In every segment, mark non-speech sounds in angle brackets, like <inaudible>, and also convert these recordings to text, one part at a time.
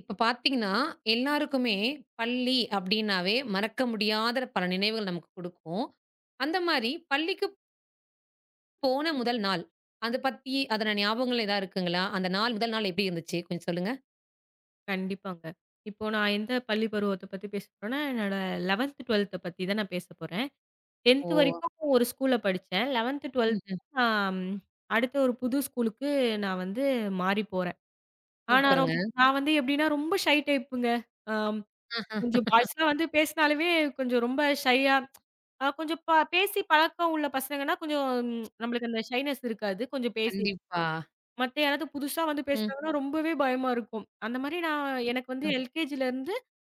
இப்ப பார்த்தீங்கன்னா, எல்லாருக்குமே பள்ளி அப்டின்னாவே மறக்க முடியாத பல நினைவுகள் நமக்கு குடுக்கும். அந்த மாரி பள்ளிக்கு போன முதல் நாள், அத பத்தி அதன ஞாபகங்கள் ஏதாவது இருக்குங்களா? அந்த நாள் முதல் நாள் எப்டி இருந்துச்சு? கொஞ்சம் சொல்லுங்க. கண்டிப்பாங்க. இப்போ நான் எந்த பள்ளி பருவத்த பத்தி பேச போறேன்னா, என்னோட 11த், 12த் பத்தி தான் நான் பேச போறேன். ஓ! 10த் வரைக்கும் ஒரு ஸ்கூல்ல படிச்சேன். 11த், 12த் ம்ஹ்ம். நான் அடுத்த ஒரு புது ஸ்கூலுக்கு வந்து மாறி போறேன். ஆனா ரொம் சூப்பருங்க. நான் வந்து எப்படின்னா ரொம்ப ஷை டைப்புங்க. ஆம் ஆஹா. கொஞ்சம் பாய்ஸ்லாம் வந்து பேசினாலுமே கொஞ்சம் ரொம்ப ஷையா கொஞ்சம் பேசி பழக்கம் உள்ள பசங்கன்னா கொஞ்சம் நம்மளுக்கு அந்த ஷைனஸ் இருக்காது. கொஞ்சம் பேசி கண்டிப்பா. மத்த யாராவது புதுசா வந்து ம். பேசினாங்கன்னா ரொம்பவே பயமா இருக்கும். அந்த மாரி எனக்கு வந்து ம். எல்கேஜிலருந்து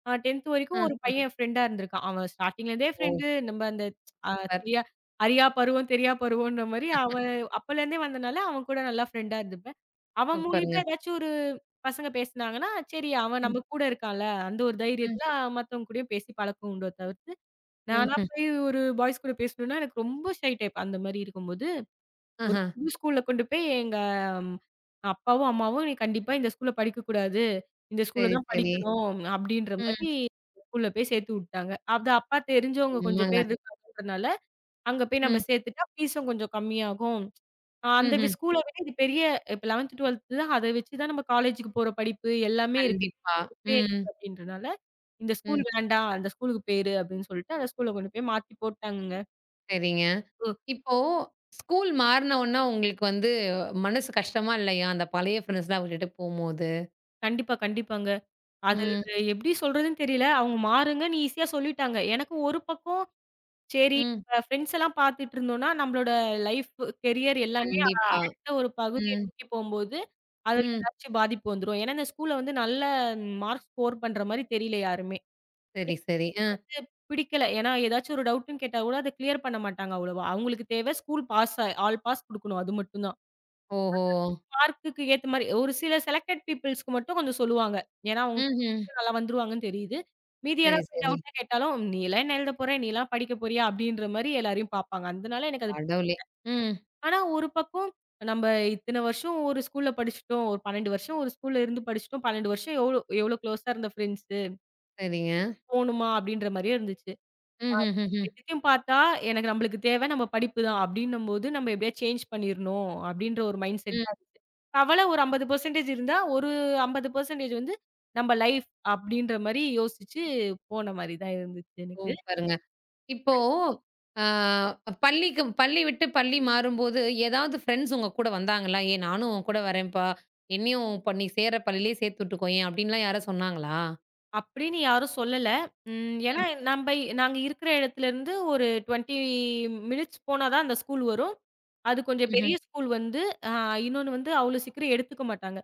10த் வரைக்கும் ம். ஒரு பையன் என் ஃப்ரெண்டா இருந்திருக்கான். அவன் ஸ்டார்ட்டிங்ல இருந்தே ஓ! ஃப்ரெண்டு. நம்ம அந்த அ சூப்பர். தெரியா அறியா பருவம், தெரியா பருவம்ன்ற மாரி அவன் அப்பலேருந்தே வந்தனால, அவன் கூட நல்லா ஃப்ரெண்டா இருந்துப்பேன். அவன் மூலியமா சூப்பருங்க. ஏதாச்சும் ஒரு பசங்க பேசுனாங்கன்னா, சரி அவன் ம். நம்ம கூட இருக்கான்ல, அந்த ஒரு ம். தைரியத்துல மத்தவங்க கூடயும் பேசி பழக்கம் உண்டோ தவிர்த்து, நானா ம்ஹ்ம். போய் ஒரு பாய்ஸ் கூட பேசணும்னா எனக்கு ரொம்ப ஷை டைப் அந்த மாரி இருக்கும்போது ஒரு ஆஹா. புது ஸ்கூல்ல கொண்டு போய் எங்க ம், அப்பாவும், அம்மாவும், "நீ கண்டிப்பா இந்த ஸ்கூல்ல படிக்கக்கூடாது. இந்த ஸ்கூல்ல சரி, தான் சரி. படிக்கணும்." அப்படின்ற ம். மாரி ஸ்கூல்ல போய் சேர்த்து விட்டாங்க. அது அப்பா தெரிஞ்சவங்க கொஞ்சம் ஆமாங்க. பேர் இருக்காங்கன்றனால, அங்க போய் நம்ம ம். சேர்த்துட்டா ஃபீஸும் கொஞ்சம் கம்மியாகும். அந்த வி ம்ஹ்ம். ஸ்கூல விட இது பெரிய இப்ப 11த், 12த் தான் அத வச்சு தான் நம்ம காலேஜுக்கு போற படிப்பு எல்லாமே இருக்கு. கண்டிப்பா. இப்பயே ம். இருக்கு அப்படின்றனால, இந்த ஸ்கூல் ம். வேண்டாம். அந்த ஸ்கூலுக்கு பேரு அப்படின்னு சொல்லிட்டு அந்த ஸ்கூல்ல கொண்டு போய் மாத்தி போட்டாங்கங்க. சரிங்க. ஓ! இப்போ ஸ்கூல் மாறுன உடனே உங்களுக்கு வந்து மனசு கஷ்டமா இல்லையா? அந்த பழைய ஃப்ரெண்ட்ஸ்லாம் விட்டுட்டு போம்போது? கண்டிப்பா, கண்டிப்பாங்க. அது ம், எப்படி சொல்றதுன்னு தெரியல. அவங்க மாறுங்கன்னு ஈஸியா சொல்லிட்டாங்க. எனக்கு ஒரு பக்கம் சரி, ம். ஃப்ரெண்ட்ஸ் எல்லாம் பார்த்துட்டு இருந்தோம்னா, நம்மளோட லைஃப், கெரியர் எல்லாமே கண்டிப்பா. அடுத்த ஒரு பகுதியை ம், நோக்கி போம்போது, அதுல ம். ஏதாச்சும் பாதிப்பு வந்துரும். ஏன்னா, இந்த ஸ்கூல்ல வந்து நல்ல மார்க் ஸ்கோர் பண்ற மாரி தெரியல யாருமே. சரி, சரி. அ. இது பிடிக்கல. ஏன்னா, ஏதாச்சும் ஒரு டவுட்ன்னு கேட்டா கூட அத கிளியர் பண்ண மாட்டாங்க அவ்வளவா. அவங்களுக்கு தேவை ஸ்கூல் பாஸ் ஆல் பாஸ் குடுக்கணும். அது மட்டும் தான். ஓஹோ! மார்க்குக்கு ஏத்த மாரி. ஒரு சில செலக்டட் பீப்பிள்ஸ்க்கு மட்டும் கொஞ்சம் சொல்லுவாங்க. ஏன்னா, அவங்க ம்ஹ்ம். <laughs> நல்லா வந்துருவாங்கன்னு தெரியுது. மீதி சரி, யாராவது போய் சரி. டவுட்டா கேட்டாலும், "நீலாம் என்ன எழுதப் போற? நீலாம் படிக்கப் போறியா?" அப்படின்ற மாரி எல்லாரையும் பார்ப்பாங்க. அதனால எனக்கு அது கடவுளே! ம். ஆனா ஒரு பக்கம் நம்ம இத்தன வருஷம் ஒரு ஸ்கூல்ல படிச்சுட்டோம். ஒரு 12 வருஷம் ஒரு ஸ்கூல்ல இருந்து படிச்சுட்டோம். 12 வருஷம் எவ்ளோ எவ்ளோ க்ளோஸா இருந்த ஃப்ரெண்ட்ஸு. சரிங்க. போணுமா? அப்படின்ற மாரியே இருந்துச்சு. ம்ஹ்ஹ்ஹ்ம். ம். 2த்தையும் பார்த்தா, எனக்கு நம்மளுக்கு தேவை நம்ம படிப்பு தான் அப்படின்னும்போது, நம்ம எப்படியாவது சேஞ்ச் பண்ணிறணும் அப்படின்ற ஒரு மைண்ட் ம் செட் ம் தான் ம். இருந்துச்சு. கவலை ஒரு 50% இருந்தா, ஒரு 50% வந்து நம்ம லைஃப் அப்படின்ற மாரி யோசிச்சு போன மாரி தான் இருந்துச்சு எனக்கு. சூப்பருங்க. இப்போ அ பள்ளிக்கு பள்ளி விட்டு பள்ளி மாறும்போது, ஏதாவது ஃப்ரெண்ட்ஸ் உங்க கூட வந்தாங்களா? "ஏய் நானும் உன் கூட வரேன்ப்பா. என்னையும் இப்ப நீ சேர்ற பள்ளியிலேயே சேர்த்து விட்டுக்கோயேன்" அப்படின்லாம் யாரும் சொன்னாங்களா? அப்படின்னு யாரும் சொல்லல. ஏன்னா ம். நம்ப நாங்க இருக்கிற இடத்துலருந்து ஒரு 20 மினிட்ஸ் போனா தான் அந்த ஸ்கூல் வரும். அது கொஞ்சம் பெரிய ம்ஹ்ம். ஸ்கூல் வந்து, அ இன்னொன்னு வந்து அவ்வளோ சீக்கிரம் எடுத்துக்க மாட்டாங்க.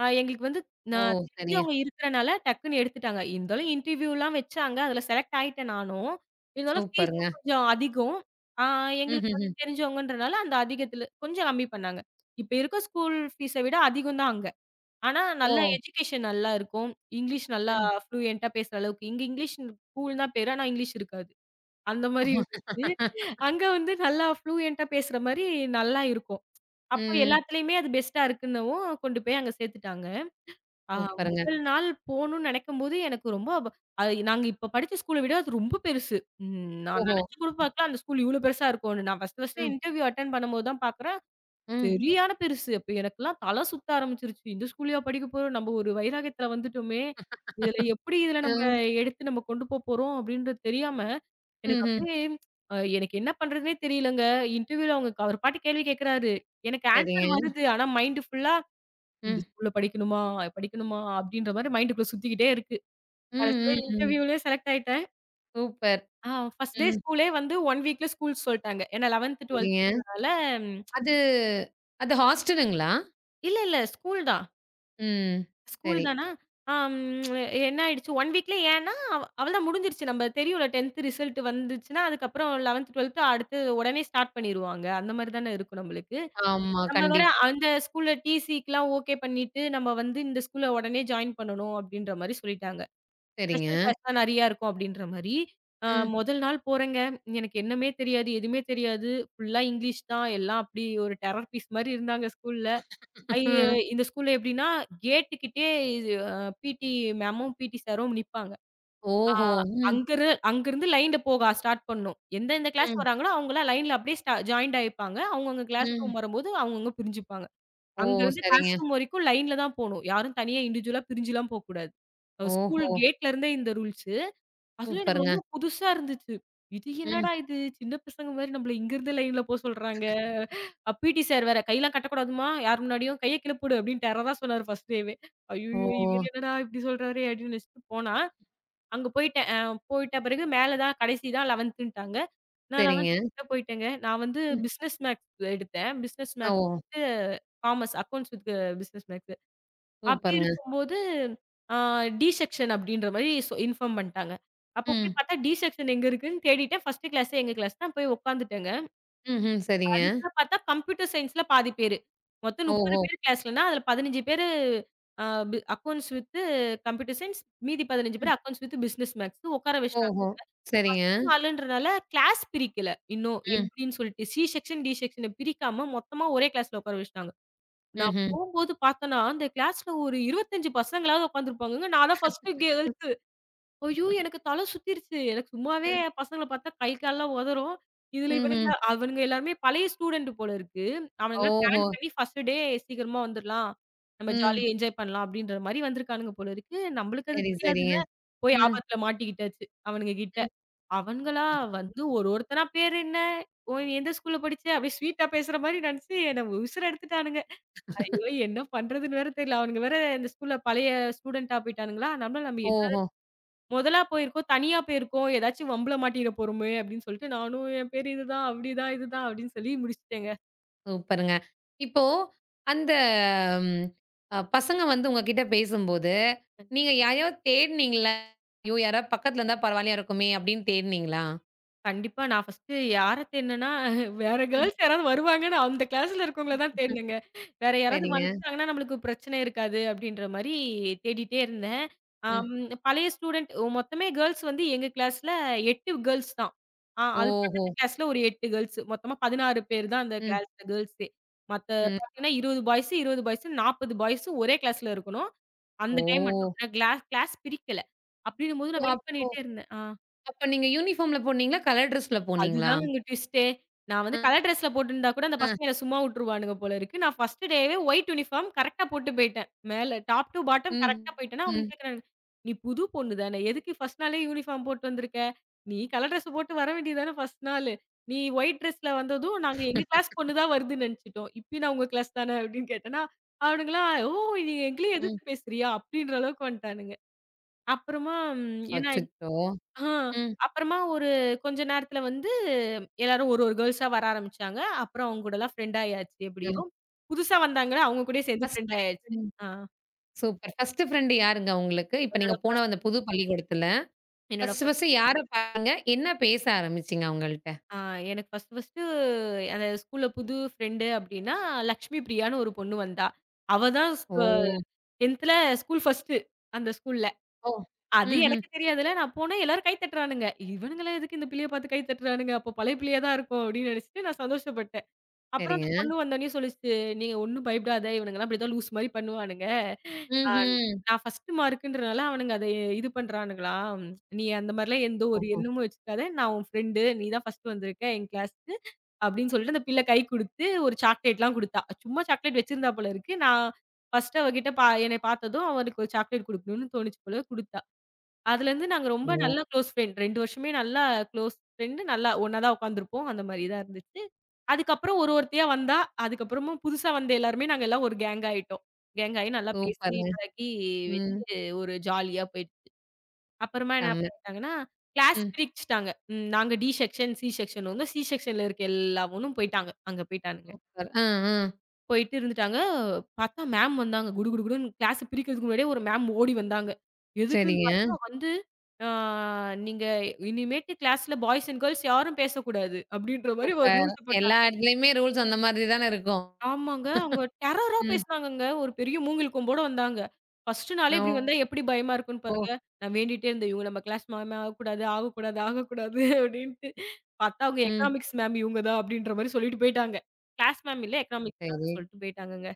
எங்களுக்கு வந்து ஓ! நான் சரிங்க. தெரிஞ்சவங்க இருக்கிறனால டக்குன்னு எடுத்துட்டாங்க. இருந்தாலும் இன்டர்வியூலாம் வச்சாங்க. அதுல செலக்ட் ஆயிட்டேன் நானும். இருந்தாலும் சூப்பருங்க. ஃபீஸும் கொஞ்சம் அதிகம். ஆ எங்களுக்கு ம்ஹ்ஹ்ம். வந்து தெரிஞ்சவங்கன்றனால அந்த அதிகத்துல கொஞ்சம் கம்மி பண்ணாங்க. இப்ப இருக்க ஸ்கூல் ஃபீஸ விட அதிகம் தான் அங்க. ஆனா ஓ! நல்லா எஜுகேஷன் நல்லா இருக்கும். இங்கிலீஷ் நல்லா ம். ஃப்ளூயன்ட்டா பேசுற அளவுக்கு. இங்க இங்கிலீஷ் ஸ்கூல் தான் பேரு. ஆனா இங்கிலீஷ் இருக்காது. அந்த மாரி இருந்துச்சு. <laughs> அங்க வந்து நல்லா ஃப்ளூயன்ட்டா பேசுற மாரி நல்லா இருக்கும். அப்போ ம். எல்லாத்துலயுமே அது பெஸ்ட்டா இருக்குன்னவும் கொண்டு போய் அங்க சேர்த்துட்டாங்க. ஆ சூப்பருங்க. முதல் நாள் போணும்னு நெனைக்கும்போது எனக்கு ரொம்ப அது நாங்க இப்ப படிச்ச ஸ்கூல விட அது ரொம்ப பெருசு. நான் ஓஹோ! நெனச்சு கூட பார்க்கல அந்த ஸ்கூல் இவ்ளோ பெருசா இருக்கும்னு. நான் ஃபர்ஸ்ட் ஃபர்ஸ்ட் ம், இன்டர்வியூ அட்டெண்ட் பண்ணும்போது தான் பார்க்குறேன். ம். சரியான பெருசு. அப்ப எனக்கெல்லாம் தல சுத்த ஆரம்பிச்சுருச்சு. இந்த ஸ்கூல்லயா படிக்க போறோம்? நம்ம ஒரு வைராக்கியத்துல வந்துட்டோமே! இதுல நம்ம ம், எடுத்து நம்ம கொண்டு போ போறோம் அப்படின்றது தெரியாம, எனக்கு ம்ஹ்ம். அப்படியே எனக்கு என்ன பண்றதுன்னே தெரியலங்க. இன்டர்வியூல அவர் பாட்டுக்கு கேள்வி கேட்கிறாரு. எனக்கு ஆன்சர் சரிங்க. வருது. ஆனா மைண்ட் ஃபுல்லா இந்த ம், ஸ்கூல்ல படிக்கணுமா? படிக்கணுமா? அப்படின்ற மாரி மைண்டுக்குள்ள சுத்திக்கிட்டே இருக்கு. ம், கடைசில ம், ம். இன்டர்வியூலயே செலக்ட் ஆயிட்டேன். சூப்பர். ஆ ஃபர்ஸ்ட் டே ம். ஸ்கூலே வந்து 1 வீக்ல ஸ்கூல் சொல்ட்டாங்க. ஏன்னா 11த், சரிங்க. 12த்ன்றனால அது அது ஹாஸ்டலுங்களா? இல்ல, இல்ல ஸ்கூல் தான். ம். ஸ்கூல் சரி. தானா? ஆம் என்ன ஆயிடுச்சு 1 வீக்ல ஏன்னா, அவளதான் முடிஞ்சிருச்சு. நம்ம தெரியும்ல 10த் ரிசல்ட் வந்துச்சுன்னா, அதுக்கப்புறம் 11த், 12த் அடுத்து உடனே ஸ்டார்ட் பண்ணிருவாங்க. அந்த மாரி தானே இருக்கும் நம்மளுக்கு. ஆமா. நம்ம வேற கண்டிப்பா. அந்த ஸ்கூல்ல டிசிக்குலாம் ஓகே பண்ணிட்டு, நம்ம வந்து இந்த ஸ்கூல்ல உடனே ஜாயின் பண்ணணும் அப்படின்ற மாரி சொல்லிட்டாங்க. சரிங்க. ஸ்பெஷல் கிளாஸ்லாம் நெறையா இருக்கும் அப்டின்ற மாரி, அ ம். முதல் நாள் போறேங்க. எனக்கு என்னமே தெரியாது, எதுவுமே தெரியாது. ஃபுல்லா இங்கிலீஷ் தான். எல்லாம் அப்டி ஒரு டெரர் பீஸ் மாரி இருந்தாங்க ஸ்கூல்ல. ஐ <laughs> இந்த ஸ்கூல்ல எப்டின்னா, கேட்டுக்கிட்டே இது அ பிடி மேமும், பிடி சாரும் நிப்பாங்க. ஆ ஓஹோ! ம், அங்கரு அங்கருந்து லைன்ல போக ஸ்டார்ட் பண்ணணும். எந்தெந்த கிளாஸ் ம், வராங்களோ, அவங்கலாம் லைன்ல அப்டியே ஜாயிண்ட் ஆயிப்பாங்க. அவங்கவங்க கிளாஸ் ம். ரூம் வரும்போது, அவங்கவங்க பிரிஞ்சுப்பாங்க. ஓ! அங்கருந்து கிளாஸ் சரிங்க. ரூம் வரைக்கும் லைன்ல தான் போணும். யாரும் தனியா இண்டிவிஜுவலா பிரிஞ்சுலாம் போக்கூடாது. ஸ்கூல் ஓஹோ! கேட்லருந்தே இந்த ரூல்ஸ். அதுல எனக்கு சூப்பருங்க. ரொம்ப புதுசா இருந்துச்சு. இது ம். என்னடா இது? சின்ன பசங்க மாரி நம்மள இங்கிருந்து லைன்ல போ சொல்றாங்க. பிடி சார் வேற கையெல்லாம் கட்டக்கூடாதும்மா, யார் முன்னாடியும். கைய கீழ போடு அப்டின்னு டெரரா சொன்னாரு ஃபர்ஸ்ட் டேவே. ஐய்யய்யோ! இவரு ஓ! என்னடா இப்டி சொல்றாரே அப்டின்னு நெனச்சுட்டு போனா, அங்க போயிட்டேன். போயிட்ட பிறகு மேல தான் கடைசி தான் 11த்ன்ட்டாங்க. நான் சரிங்க. 11த் கிட்ட போயிட்டேங்க. நான் வந்து ம். பிசினஸ் மேக்ஸ் எடுத்தேன். பிசினஸ் ஓ! மேக்ஸ் வந்து commerce accounts with business maths. அப்படி சூப்பருங்க. இருக்கும்போது, ஆ டி செக்ஷன் அப்படின்ற மாரி இன்ஃபார்ம் பண்ணிட்டாங்க. அப்போ போய் ம், பார்த்தா, டி செக்ஷன் எங்க இருக்குன்னு தேடிட்டேன். ஃபர்ஸ்ட் கிளாஸே எங்க கிளாஸ் தான். போய் உட்காந்துட்டேங்க. ம்ஹ்ம். சரிங்க. அதுக்குள்ள பார்த்தா கம்ப்யூட்டர் சயின்ஸ்ல பாதி பேரு. மொத்தம் 30 ஓஹோ! பேர் கிளாஸ்லன்னா, அதுல 15 பேரு அ பி அக்கவுண்ட்ஸ் வித் கம்ப்யூட்டர் சயின்ஸ். மீதி 15 ம். பேர் அக்கவுண்ட்ஸ் வித் பிசினஸ் மேத்ஸ் உட்கார வச்சுட்டாங்க. ஓஹோ! சரிங்க. ஃபர்ஸ்ட் நாளுன்றனால கிளாஸ் பிரிக்கல. இன்னும் ம். எப்படின்னு சொல்லிட்டு, சி செக்ஷன், டி செக்ஷன பிரிக்காம மொத்தமா ஒரே கிளாஸ்ல உட்கார வச்சுட்டாங்க. நான் ம்ஹ்ம். போம்போது பார்த்தேன்னா, அந்த கிளாஸ்ல ஒரு 25 பசங்களாவது உட்காந்துருப்பாங்கங்க. நான் தான் ஃபர்ஸ்ட்டு கேர்ல்ஸு. ஐயோ! எனக்கு தல சுத்திருச்சு. எனக்கு சும்மாவே ம். பசங்கள பார்த்தா கை கால்லாம் உதறும். இதுல ம்ஹ்ம். அவனுங்க எல்லாருமே பழைய ஸ்டூடண்ட் போல இருக்கு. அவனுங்கலாம் பிளான் ஓஹோ! பண்ணி ஃபர்ஸ்ட்டு டே சீக்கிரமா வந்துர்லாம். நம்ம ம். ஜாலியா என்ஜாய் பண்ணலாம் அப்படின்ற மாரி வந்திருக்கானுங்க போல இருக்கு. நம்மளுக்கு அது சரி, சரிங்க. தெரியாதுல்ல. போய் ம். ஆபத்துல மாட்டிக்கிட்டாச்சு அவனுங்க கிட்ட. ம். அவனுங்களா வந்து ஒருத்தனா பேர் என்ன? "ஓ! நீ எந்த ஸ்கூல்ல படிச்ச?" அப்படியே ஸ்வீட்டா பேசுற மாரி நெனச்சு என்ன உசுர எடுத்துட்டானுங்க. ஐயோ! என்ன பண்றதுன்னு வேற தெரியல. அவனுங்க வேற இந்த ஸ்கூல்ல பழைய ஸ்டூடெண்ட்டா போயிட்டானுங்களா, அதனால நம்ம என்ன ஓஹோ! முதலா போயிருக்கோம், தனியா போயிருக்கோம். ஏதாச்சும் வம்புல மாட்டிற போறோமே! அப்டின்னு சொல்லிட்டு, நானும் என் பேரு இதுதான், அப்டிதான், இதுதான் அப்டின்னு சொல்லி முடிச்சுட்டேங்க. சூப்பருங்க. இப்போ அந்த ம் அ பசங்க வந்து உங்ககிட்ட பேசும்போது, நீங்க யாரையோ தேடுனீங்களா? ஐயோ! யாராவது பக்கத்துல இருந்தா பரவாயில்லையா இருக்குமே! அப்படின்னு தேடுனீங்களா? கண்டிப்பா. நான் ஃபர்ஸ்ட்டு யார தேடுனேன்னா, வேற ம். கேர்ல்ஸ் யாராவது வருவாங்கன்னு அந்த கிளாஸ்ல இருக்கவங்கள தான் தேடுனேங்க. வேற யாராவது சரிங்க. வந்துட்டாங்கன்னா, நம்மளுக்கு பிரச்சனை இருக்காது அப்படின்ற மாரி தேடிட்டே இருந்தேன். ம். அம் பழைய ஸ்டூடண்ட் மொத்தமே கேர்ல்ஸ் வந்து எங்க கிளாஸ்ல 8 கேர்ல்ஸ் தான். அது ஓஹோ! பக்கத்து கிளாஸ்ல ஒரு 8 கேர்ல்ஸ். மொத்தமா 16 பேர் தான் அந்த ம். கிளாஸ்ல கேர்ல்ஸே. மத்த ம். பார்த்தீங்கன்னா 20 பாய்ஸ், 20 பாய்ஸ், 40 பாய்ஸ் ஒரே கிளாஸ்ல இருக்கணும். அந்த ஓ! டைம் மட்டும். நான் கிளாஸ் கிளாஸ் பிரிக்கல. அப்படின்னும்போது ஓ, நான் வெயிட் பண்ணிட்டே இருந்தேன். ஆ. அப்ப நீங்க யூனிஃபார்ம்ல போனீங்களா? கலர் ட்ரெஸ்ல போனீங்களா? அதுதாங்க இங்க ட்விஸ்ட்டே. நான் வந்து அ, கலர் ட்ரெஸ்ல போட்டிருந்தா கூட அந்த அ. பசங்க என்ன சும்மா வுட்டுருவானுங்க போல இருக்கு. நான் ஃபர்ஸ்ட் டேவே ஒயிட் யூனிஃபார்ம் கரெக்ட்டா போட்டு போயிட்டேன். மேல டாப் டூ பாட்டம் ம். கரெக்ட்டா போயிட்டேன்னா, அவங்க ம். கேட்கறாங்க, "நீ புது பொண்ணு தானே, எதுக்கு ஃபர்ஸ்ட் நாளே யூனிஃபார்ம் போட்டு வந்திருக்க? நீ கலர் ட்ரெஸ் போட்டு வர வேண்டியது தானே ஃபர்ஸ்ட் நாளு. நீ ஒயிட் ட்ரெஸ்ல வந்ததும் நாங்க எங்க கிளாஸ் பொண்ணு தான் வருதுன்னு நெனச்சுட்டோம். இப்பயும் நான் உங்க கிளாஸ் தானே?" அப்படின்னு கேட்டேன்னா, அவனுங்கலாம், "ஓ! நீ எங்களையும் ம். எதிர்த்து பேசுறியா?" அப்படின்ற அளவுக்கு வந்துட்டானுங்க. அப்புறமா என்ன அச்சச்சோ! ஆ. ம், அப்புறமா ஒரு கொஞ்ச நேரத்துல வந்து எல்லாரும் ஒரு கேர்ல்ஸா வர ஆரம்பிச்சாங்க. அப்புறம் அவங்க கூடலாம் ஃப்ரெண்ட் ஆயாச்சு எப்படியோ. ம். புதுசா வந்தாங்கல்ல, அவங்க கூடயும் சேர்ந்து ஃப்ரெண்ட் ஃபர்ஸ்ட்டு ஆயாச்சு. ம். ஆ சூப்பர். ஃபர்ஸ்ட்டு ஃப்ரெண்டு யாருங்க உங்களுக்கு? இப்ப நீங்க என்னோட போன ஃபர்ஸ்ட் அந்த புது பள்ளிக்கூடத்துல, என்னோட ஃபர்ஸ்ட்டு ஃபர்ஸ்ட் ஃபர்ஸ்ட்டு யார பாத்தீங்க? என்ன பேச ஆரம்பிச்சீங்க அவங்கள்ட்ட? ஆ எனக்கு ஃபர்ஸ்ட்டு அந்த ஸ்கூல்ல புது ஃப்ரெண்டு அப்படின்னா, லக்ஷ்மி பிரியான்னு ஒரு பொண்ணு வந்தா. அவ தான் ஓ! 10த்ல ஸ்கூல் ஃபர்ஸ்ட்டு அந்த ஸ்கூல்ல. ஓ! அது ம்ஹ்ம். எனக்கு தெரியாதுல்ல. நான் போனேன் எல்லாரும் கை தட்டுறானுங்க. இவனுங்கலாம் எதுக்கு இந்த பிள்ளைய பார்த்து கை தட்டுறானுங்க? அப்போ பழைய பிள்ளையா தான் இருக்கும் அப்படின்னு நினைச்சுட்டு நான் சந்தோஷப்பட்டேன். அப்புறம் அந்த சரிங்க. பொண்ணு வந்தோனே சொல்லுச்சு, "நீங்க ஒண்ணும் பயப்படாத. இவனுங்கலாம் இப்படிதான் லூஸ் மாரி பண்ணுவானுங்க. அ ம்ஹ்ம். நான் ஃபர்ஸ்ட் மார்க்குன்றனால அவனுங்க அத இது பண்றானுங்களாம். நீ அந்த மாரிலாம் எந்த ஒரு ஓஹோ! எண்ணமும் வச்சுக்காத. நான் உன் ஃப்ரெண்டு. நீ தான் ஃபர்ஸ்ட் வந்திருக்க என் கிளாஸ்க்கு." அப்படின்னு சொல்லிட்டு அந்த பிள்ளை கை குடுத்து ஒரு சாக்லேட்லாம் குடுத்தா. சும்மா சாக்லேட் வச்சிருந்தா போல இருக்கு. நான் ஃபர்ஸ்ட் அவகிட்ட பா என்னை பார்த்ததும் அவளுக்கு ஒரு சாக்லேட் குடுக்கணும்னு தோணுச்சு போல குடுத்தா. அதுலேருந்து நாங்க ரொம்ப ஓ! நல்லா குளோஸ் ஃப்ரெண்ட். 2 வருஷமே நல்லா குளோஸ் ஃப்ரெண்ட். நல்லா ஒண்ணா தான் உட்காந்துருப்போம். அந்த மாரி தான் இருந்துச்சு. அதுக்கப்புறம் ஒரு ஒருத்தியா வந்தா, அதுக்கப்புறமும் புதுசா வந்த எல்லாருமே நாங்க எல்லாம் ஒரு கேங் ஆயிட்டோம். கேங் ஆயி நல்லா பேசி சூப்பருங்க. பழகி ம். வச்சு ஒரு ஜாலியா போயிடுச்சு. அப்புறமா என்ன செம்ம. பண்ணிட்டாங்கன்னா, கிளாஸ் ம். பிரிச்சுட்டாங்க. நாங்க டி செக்ஷன், சி செக்ஷன்வங்க. சி செக்ஷன்ல இருக்க எல்லாவனும் போயிட்டாங்க. அங்க போயிட்டானுங்க. சூப்பர். ஆ, ஆ. போயிட்டு இருந்துட்டாங்க. பார்த்தா மேம் வந்தாங்க. குடு குடு குடுன்னு கிளாஸ பிரிக்கிறதுக்கு முன்னாடியே ஒரு மேம் ஓடி வந்தாங்க. எதுக்குன்னு பார்த்தா சரிங்க. வந்து, ஆ "நீங்க இனிமேட்டு கிளாஸ்ல பாய்ஸ் அண்ட் கேர்ள்ஸ் யாரும் பேசக்கூடாது." அப்படின்ற மாரி ஒரு சூப்பர். ரூல்ஸ் எல்லா போட்டாங்க. இடத்துலயுமே ரூல்ஸ் அந்த மாதிரி தானே இருக்கும். ஆமாங்க. அவங்க டெரரா ம். பேசுனாங்கங்க. ஒரு பெரிய மூங்கில் கொம்போட வந்தாங்க. ஃபர்ஸ்ட் நாளே ஓ! இப்படி வந்தா எப்படி பயமா இருக்கும்ன்னு ஓ! பாருங்க. நான் வேண்டிட்டே இருந்தேன். இவங்க நம்ம கிளாஸ் மேமே ஆகக்கூடாது, ஆகக்கூடாது, ஆகக்கூடாது அப்படின்ட்டு. பார்த்தா அவங்க ம். எக்கனாமிக்ஸ் மேம் இவங்க தான் அப்படின்ற மாரி சொல்லிட்டு போயிட்டாங்க. கிளாஸ் மேம் இல்ல, எக்கனாமிக்ஸ் சரி. மேம்னு சொல்லிட்டு போயிட்டாங்கங்க.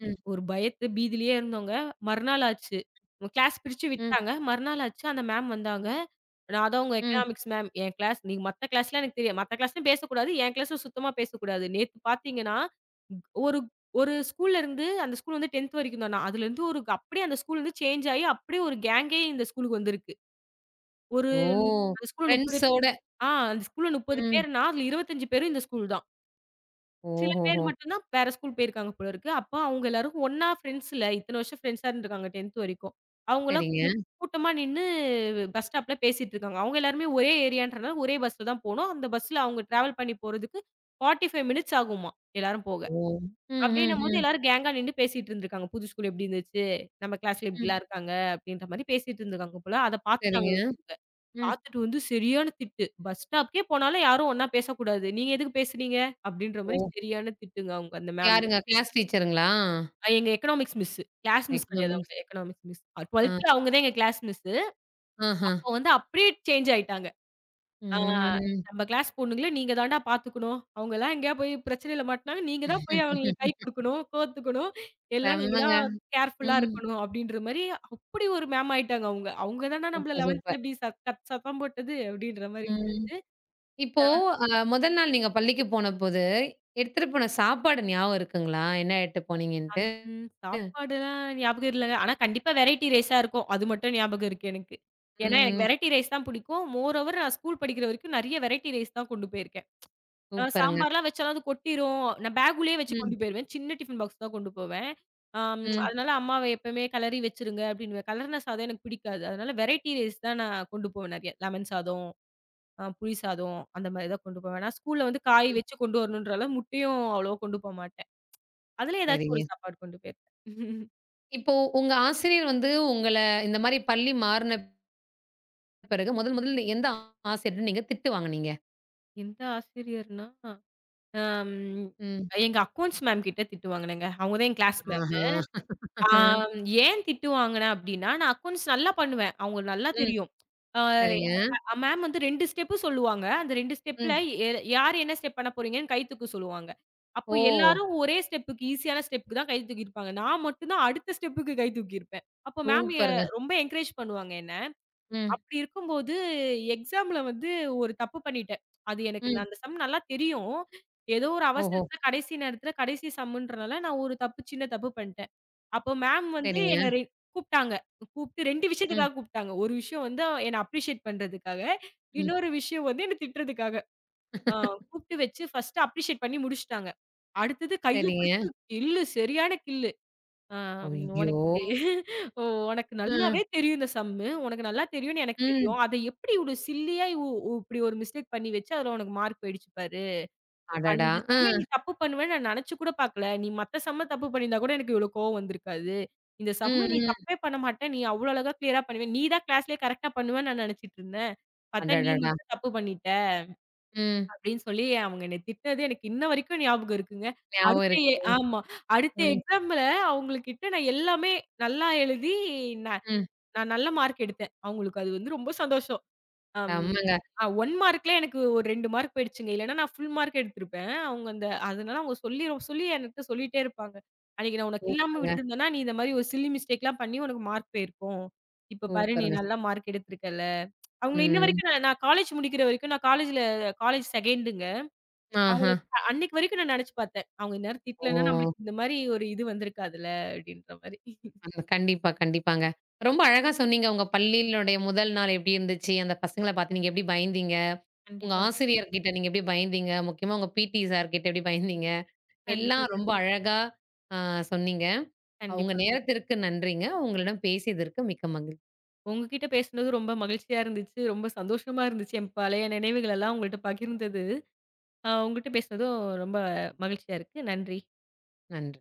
ம், ஒரு பயத்து, பீதியிலயே இருந்தோங்க. மறுநாள் ஆச்சு. கிளாஸ் பிரிச்சு ம், விட்டாங்க. மறுநாள் ஆச்சு. அந்த மேம் வந்தாங்க. நான் அதான் உங்க ம். Economics ma'am. என் கிளாஸ் நீங்க மத்த கிளாஸ்லாம் எனக்கு தெரியாது. மத்த கிளாஸ்லயும் பேசக்கூடாது. என் கிளாஸ்ல சுத்தமா பேசக்கூடாது. நேத்து பார்த்தீங்கன்னா, ஒரு ஒரு ஸ்கூல்ல இருந்து அந்த ஸ்கூல் வந்து 10த் வரைக்கும் தான். நான் அதுலருந்து ஒரு அப்படியே அந்த ஸ்கூல் வந்து சேஞ்ச் ஆயி அப்படியே ஒரு கேங்கே இந்த ஸ்கூலுக்கு வந்திருக்கு. ஒரு ஓ! அந்த ஸ்கூல்ல 30 பேர். ஃப்ரெண்ட்ஸோட. ஆ அந்த ஸ்கூல்ல 30 ம். பேர்னா, அதுல 25 பேரும் இந்த ஸ்கூல் தான். சில பேர் ஓஹோஹோ! மட்டும் தான் வேற ஸ்கூல் போயிருக்காங்க போல இருக்கு. அப்ப அவங்க எல்லாரும் ஒண்ணா ஃப்ரெண்ட்ஸ்ல இத்தன வருஷம் ஃப்ரெண்ட்ஸா இருந்திருக்காங்க 10த் வரைக்கும். அவங்கலாம் சரிங்க. கூ கூட்டமா நின்னு பஸ் ஸ்டாப்ல பேசிட்டு இருக்காங்க. அவங்க எல்லாருமே ஒரே ஏரியான்றனால ஒரே பஸ்ல தான் போனோம். அந்த பஸ்ல அவங்க டிராவல் பண்ணி போறதுக்கு 45 மினிட்ஸ் ஆகுமாம் எல்லாரும் போக. ஓ! ம், ம், அப்படின்னும்போது ம், எல்லாரும் கேங்கா நின்னு பேசிட்டு இருந்திருக்காங்க. புது ஸ்கூல் எப்படி இருந்துச்சு? நம்ம கிளாஸ்ல ம். இப்படிலாம் இருக்காங்க அப்படின்ற மாரி பேசிட்டு இருந்திருக்காங்க போல. அத பாத்துட்டாங்க. சரிங்க. ம். பாத்துட்டு வந்து சரியான திட்டு. பஸ் ஸ்டாப்க்கே போனாலும் யாரும் ஒண்ணா பேசக்கூடாது. நீங்க எதுக்கு பேசுறீங்க? அப்படின்ற மாரி ஓ! சரியான திட்டுங்க அவங்க அந்த மேம். யாருங்க? கிளாஸ் டீச்சருங்களா? எங்க எக்கனாமிக்ஸ் மிஸ்ஸு. கிளாஸ் மிஸ் கிடையாது அவங்க. எக்கனாமிக்ஸ். Economics miss. ஆ. 12ல அவங்க தான் எங்க கிளாஸ் மிஸ்ஸு. ஆஹ. அப்போ வந்து அப்படியே சேஞ்ச் ஆயிட்டாங்க. ஆ ம். "நம்ம கிளாஸ் பொண்ணுங்கள நீங்க தான்டா பாத்துக்கணும். அவங்கலாம் எங்கேயா போய் பிரச்சனையில மாட்டுனாங்கன்னா, நீங்க தான் போய் <laughs> அவங்களுக்கு கை குடுக்கணும், கோத்துக்கணும். எல்லாம் நீங்க செம்மங்க. தான் கேர்ஃபுல்லா ம். இருக்கணும்." அப்படின்ற மாரி அப்படி ஒரு மேம் ஆயிட்டாங்க அவங்க. அவங்க தான்டா நம்மள சூப்பர், 11th சூப்பர். இப்படி சத் சத் சத்தம் போட்டது அப்படின்ற மாரி. ம். இப்போ முதல் நாள் நீங்க பள்ளிக்கு போனபோது, எடுத்துட்டு போன சாப்பாடு ஞாபகம் இருக்குங்களா? என்ன எடுத்து அந் போனீங்கன்ட்டு? ம் சாப்பாடுலாம் ஞாபகம் இல்லங்க. ஆனா கண்டிப்பா வெரைட்டி ரைஸா இருக்கும். அது மட்டும் ஞாபகம் இருக்கு எனக்கு. ஏன்னா எனக்கு ம். வெரைட்டி ரைஸ் தான் பிடிக்கும். மோர் ஓவர் நான் ஸ்கூல் படிக்கிற வரைக்கும் நெறைய வெரைட்டி ரைஸ் தான் கொண்டு போயிருக்கேன். சூப்பருங்க. சாம்பார்லாம் வச்சாலும் அது கொட்டிரும். நான் பேக்குள்ளேயே வச்சு ம், கொண்டு போயிருவேன். சின்ன டிஃபன் பாக்ஸ் தான் கொண்டு போவேன். ஆம், ம், அதனால அம்மாவ எப்பவுமே கெளறி வச்சுருங்க அப்டின்னுவேன். கலர்ன சாதம் எனக்கு பிடிக்காது. அதனால வெரைட்டி ரைஸ் தான் நான் கொண்டு போவேன் நெறைய. லெமன் சாதம், புளி சாதம் அந்த மாரி தான் கொண்டு போவேன். நான் ஸ்கூல்ல வந்து காய் ம். வச்சு கொண்டு வரணுன்ற அளவு முட்டையும் அவ்வளவா கொண்டு போமாட்டேன். அதுல ஏதாச்சும் ஒரு சரிங்க. சாப்பாடு கொண்டு போயிருப்பேன். இப்போ உங்க ஆசிரியர் வந்து உங்கள இந்த மாரி பள்ளி மாறுன பிறகு முதல் முதல்ல எந்த ஆசிரியர்ட்ட நீங்க திட்டு வாங்குனீங்க? எந்த ஆசிரியர்னா, அம் ம். எங்க அக்கவுண்ட்ஸ் மேம் கிட்ட திட்டு வாங்குனேங்க. அவங்க தான் என் கிளாஸ் மேம். ஆஹா! ஆ ஏன் திட்டு வாங்குனேன் அப்டின்னா, நான் அக்கவுண்ட்ஸ் நல்லா பண்ணுவேன். அவங்களுக்கு நல்லா ம். தெரியும். ஆ சரிங்க. மேம் வந்து 2 ஸ்டெப்பு சொல்லுவாங்க. அந்த 2 ஸ்டெப்ல ம். எ யார் என்ன ஸ்டெப் பண்ண போறீங்கன்னு கை தூக்க சொல்லுவாங்க. அப்போ ஓ! எல்லாரும் ஒரே ஸ்டெப்புக்கு ஈஸியான ஸ்டெப்புக்கு தான் கை தூக்கியிருப்பாங்க. நான் மட்டும் தான் அடுத்த ஸ்டெப்புக்கு கை தூக்கியிருப்பேன். அப்போ மேம் சூப்பருங்க. ரொம்ப என்கரேஜ் பண்ணுவாங்க என்ன. ம். அப்படி இருக்கும்போது எக்ஸாம்ல வந்து ஒரு தப்பு பண்ணிட்டேன். அது எனக்கு ம். நான் அந்த சம் நல்லா தெரியும். ஏதோ ஒரு ஓஹோ! அவசரத்துல கடைசி நேரத்துல கடைசி சம்முன்றனால நான் ஒரு தப்பு சின்ன தப்பு பண்ணிட்டேன். அப்போ மேம் வந்து சரிங்க. என்ன கூப்ட்டாங்க. கூப்ட்டு 2 ம். விஷயத்துக்காக கூப்ட்டாங்க. ஒரு விஷயம் வந்து என்ன அப்ரிஷியேட் பண்றதுக்காக. ம். இன்னொரு விஷயம் வந்து என்ன திட்டுறதுக்காக. ஆ கூப்ட்டு வச்சு ஃபர்ஸ்ட்டு அப்ரிஷியேட் பண்ணி முடிச்சுட்டாங்க. அடுத்தது கைய சரிங்க. பிடிச்சு கில்லு சரியான கில்லு. ஆம், ஐயோ! உனக்கு ஓ! உனக்கு அ. நல்லாவே தெரியும் இந்த சம்மு. உனக்கு நல்லா தெரியும்னு எனக்கு ம். தெரியும். அத எப்படி இவ்ளோ சில்லியா இ உ இப்படி ஒரு மிஸ்டேக் பண்ணி வச்சு, அதுல உனக்கு மார்க் போயிடுச்சு பாரு. அடடா! அந்த அ. சம்ம நீ தப்பு பண்ணுவேன்னு நான் நெனச்சு கூட பாக்கல. நீ மத்த சம்ம தப்பு பண்ணியிருந்தா கூட எனக்கு இவ்ளோ கோவம் வந்திருக்காது. இந்த சம்ம ம். நீ ம். தப்பே பண்ண மாட்ட. நீ அவ்ளோ அழகா கிளியரா பண்ணுவ. நீ தான் கிளாஸ்லயே கரெக்ட்டா பண்ணுவேன்னு நான் நெனச்சுட்டு இருந்தேன். பாத்தா நீ அடடடா! மட்டும் தப்பு பண்ணிட்ட. ம். அப்படின்னு சொல்லி அவங்க என்னை திட்டினது எனக்கு இன்ன வரைக்கும் ஞாபகம் இருக்குங்க. ஞாபகம் அடுத்த எ இருக்கு. ஆமா. அடுத்த ம். எக்ஸாம்ல அவங்கள்கிட்ட நான் எல்லாமே நல்லா எழுதி, நான் ம். நான் நல்ல மார்க் எடுத்தேன். அவங்களுக்கு அது வந்து ரொம்ப சந்தோஷம். அம் செம்மங்க. அ 1 மார்க்ல எனக்கு ஒரு 2 மார்க் போயிடுச்சுங்க. இல்லன்னா நான் ஃபுல் மார்க் எடுத்திருப்பேன். அவங்க அந்த அதனால அவங்க சொல்லி சொல்லி என்கிட்ட சொல்லிட்டே இருப்பாங்க. "அன்னைக்கு நான் உனக்கு இல்லாம சூப்பருங்க. விட்டுருந்தேன்னா, நீ இந்த மாரி ஒரு சில்லி மிஸ்டேக்லாம் பண்ணி உனக்கு மார்க் போயிருக்கும். இப்ப பாரு நீ சூப்பருங்க. நல்லா மார்க் எடுத்திருக்கல்ல." அவங்கள இன்ன ம். வரைக்கும் நான் நான் காலேஜ் முடிக்கிற வரைக்கும் நான் காலேஜ்ல காலேஜ் 2ண்டுங்க. ஆஹா! அவங்களுக்கு அன்னைக்கு வரைக்கும் நான் நெனச்சு பார்த்தேன். அவங்க இந்நேரம் திட்டலன்னா, ஓ! நம்மளுக்கு இந்த மாரி ஒரு இது வந்திருக்காதுல்ல அப்டின்ற மாரி. அந்த கண்டிப்பா, கண்டிப்பாங்க. ரொம்ப அழகா சொன்னீங்க. உங்க பள்ளியினுடைய முதல் நாள் எப்படி இருந்துச்சு? அந்த பசங்கள பார்த்து நீங்க எப்படி பயந்தீங்க? உங்க கண்டிப்பாங்க, ஆசிரியர்கிட்ட நீங்க எப்படி பயந்தீங்க? முக்கியமா உங்க பிடி சார்கிட்ட எப்படி பயந்தீங்க? எல்லாம் கண்டிப்பாங்க, ரொம்ப அழகா அ சொன்னீங்க. உங்க கண்டிப்பா. நேரத்திற்கு நன்றிங்க. உங்களிடம் பேசியதற்கு மிக்க மகிழ்ச்சி. உங்ககிட்ட பேசுனது ரொம்ப மகிழ்ச்சியா இருந்துச்சு. ரொம்ப சந்தோஷமா இருந்துச்சு. என் பழைய நினைவுகள் எல்லாம் உங்கள்ட்ட பகிர்ந்தது. உங்ககிட்ட பேசுனதும் ரொம்ப மகிழ்ச்சியா இருக்கு. நன்றி. நன்றி.